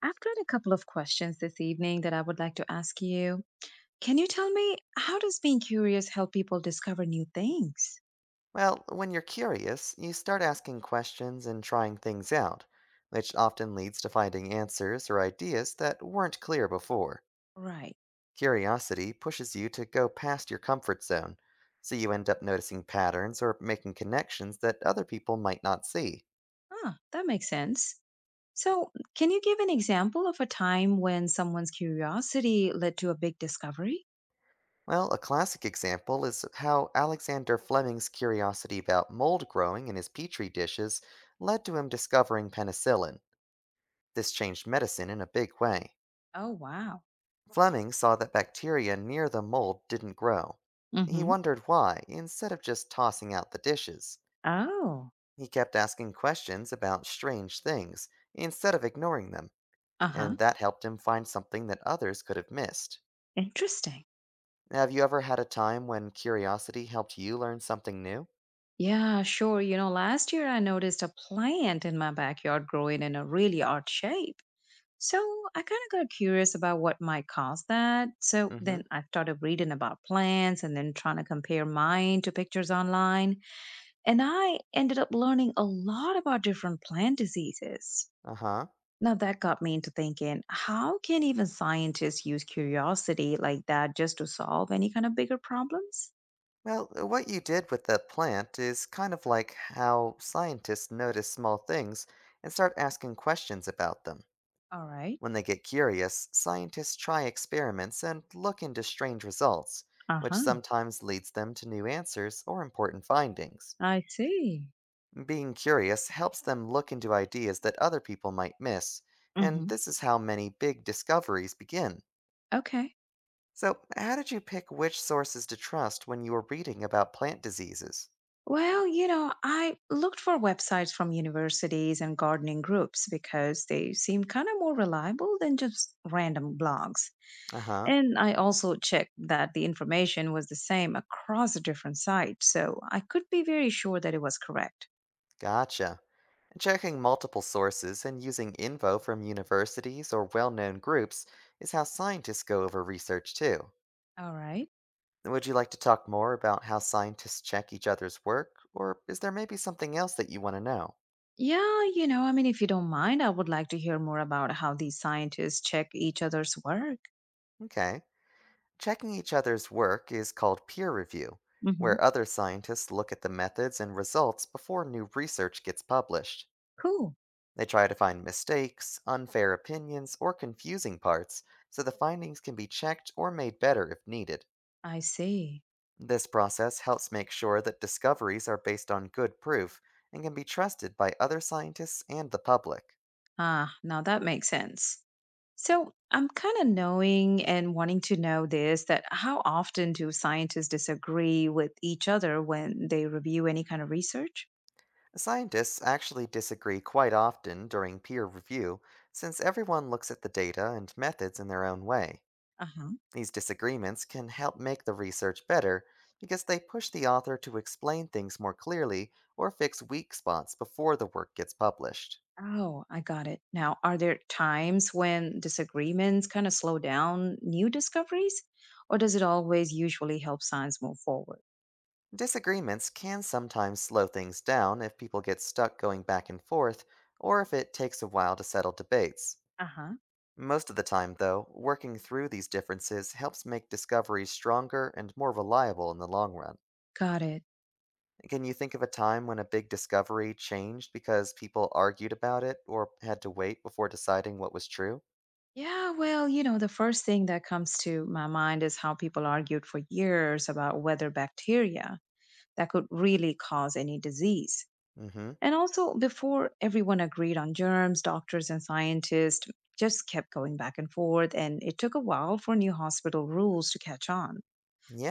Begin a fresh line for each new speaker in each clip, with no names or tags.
I've got a couple of questions this evening that I would like to ask you. Can you tell me, how does being curious help people discover new things?
Well, when you're curious, you start asking questions and trying things out, which often leads to finding answers or ideas that weren't clear before.
Right.
Curiosity pushes you to go past your comfort zone, so you end up noticing patterns or making connections that other people might not see.
Ah, that makes sense. So, can you give an example of a time when someone's curiosity led to a big discovery?
Well, a classic example is how Alexander Fleming's curiosity about mold growing in his petri dishes led to him discovering penicillin. This changed medicine in a big way.
Oh, wow.
Fleming saw that bacteria near the mold didn't grow. He
Mm-hmm.
wondered why, instead of just tossing out the dishes.
Oh,
He kept asking questions about strange things, instead of ignoring them,
uh-huh.
and that helped him find something that others could have missed.
Interesting.
Have you ever had a time when curiosity helped you learn something new?
Yeah, sure. Last year I noticed a plant in my backyard growing in a really odd shape. So I kind of got curious about what might cause that. So
Mm hmm.
then I started reading about plants and then trying to compare mine to pictures online. And I ended up learning a lot about different plant diseases.
Uh huh.
Now that got me into thinking, how can even scientists use curiosity like that just to solve any kind of bigger problems?
Well, what you did with that plant is kind of like how scientists notice small things and start asking questions about them.
All right.
When they get curious, scientists try experiments and look into strange results,
Uh
which
huh.
sometimes leads them to new answers or important findings.
I see.
Being curious helps them look into ideas that other people might miss, and
Mm-hmm.
this is how many big discoveries begin.
Okay.
So, how did you pick which sources to trust when you were reading about plant diseases?
Well, I looked for websites from universities and gardening groups because they seemed kind of more reliable than just random blogs.
Uh huh,
And I also checked that the information was the same across the different sites, so I could be very sure that it was correct.
gotcha. Checking multiple sources and using info from universities or well known groups is how scientists go over research too.
All right.
Would you like to talk more about how scientists check each other's work, or is there maybe something else that you want to know?
Yeah, I mean, if you don't mind, I would like to hear more about how these scientists check each other's work.
Okay. Checking each other's work is called peer review,
Hmm.
where other scientists look at the methods and results before new research gets published.
Cool.
They try to find mistakes, unfair opinions, or confusing parts, so the findings can be checked or made better if needed.
I see.
This process helps make sure that discoveries are based on good proof and can be trusted by other scientists and the public.
Ah, now that makes sense. So I'm kind of knowing and wanting to know this, that how often do scientists disagree with each other when they review any kind of research?
Scientists actually disagree quite often during peer review, since everyone looks at the data and methods in their own way.
Uh-huh.
These disagreements can help make the research better because they push the author to explain things more clearly or fix weak spots before the work gets published.
Oh, I got it. Now, are there times when disagreements kind of slow down new discoveries, or does it always usually help science move forward?
Disagreements can sometimes slow things down if people get stuck going back and forth or if it takes a while to settle debates.
Uh-huh.
Most of the time, though, working through these differences helps make discoveries stronger and more reliable in the long run.
Got it.
Can you think of a time when a big discovery changed because people argued about it or had to wait before deciding what was true?
Yeah, well, the first thing that comes to my mind is how people argued for years about whether bacteria that could really cause any disease.
Mm hmm.
And also, before everyone agreed on germs, doctors and scientists just kept going back and forth, and it took a while for new hospital rules to catch on.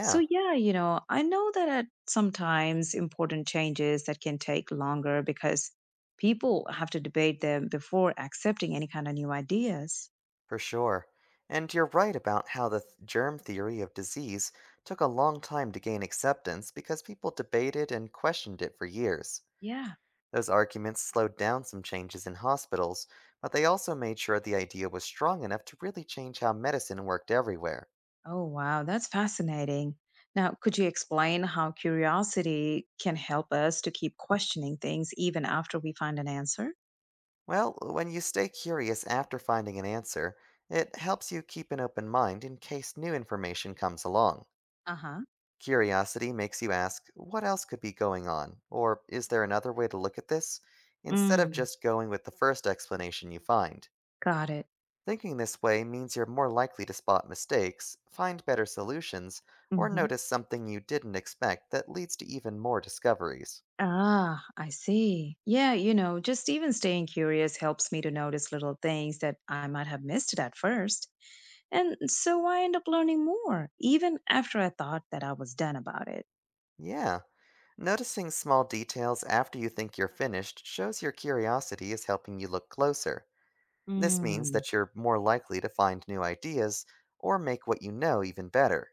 So, yeah, I know that at sometimes important changes that can take longer because people have to debate them before accepting any kind of new ideas.
for sure. And you're right about how the germ theory of disease took a long time to gain acceptance because people debated and questioned it for years.
Yeah.
Those arguments slowed down some changes in hospitals, but they also made sure the idea was strong enough to really change how medicine worked everywhere.
Oh, wow, that's fascinating. Now, could you explain how curiosity can help us to keep questioning things even after we find an answer?
Well, when you stay curious after finding an answer, it helps you keep an open mind in case new information comes along.
Uh huh.
Curiosity makes you ask, what else could be going on? Or is there another way to look at this? Instead of
Mm,
just going with the first explanation you find.
got it.
Thinking this way means you're more likely to spot mistakes, find better solutions, or
Hmm.
notice something you didn't expect that leads to even more discoveries.
Ah, I see. Yeah, just even staying curious helps me to notice little things that I might have missed at first. And so I end up learning more, even after I thought that I was done about it.
Yeah, noticing small details after you think you're finished shows your curiosity is helping you look closer. This means
Mm.
that you're more likely to find new ideas or make what you know even better.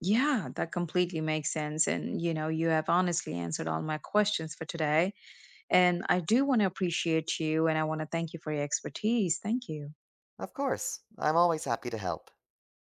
Yeah, that completely makes sense. And, you have honestly answered all my questions for today. And I do want to appreciate you and I want to thank you for your expertise. Thank you.
Of course, I'm always happy to help.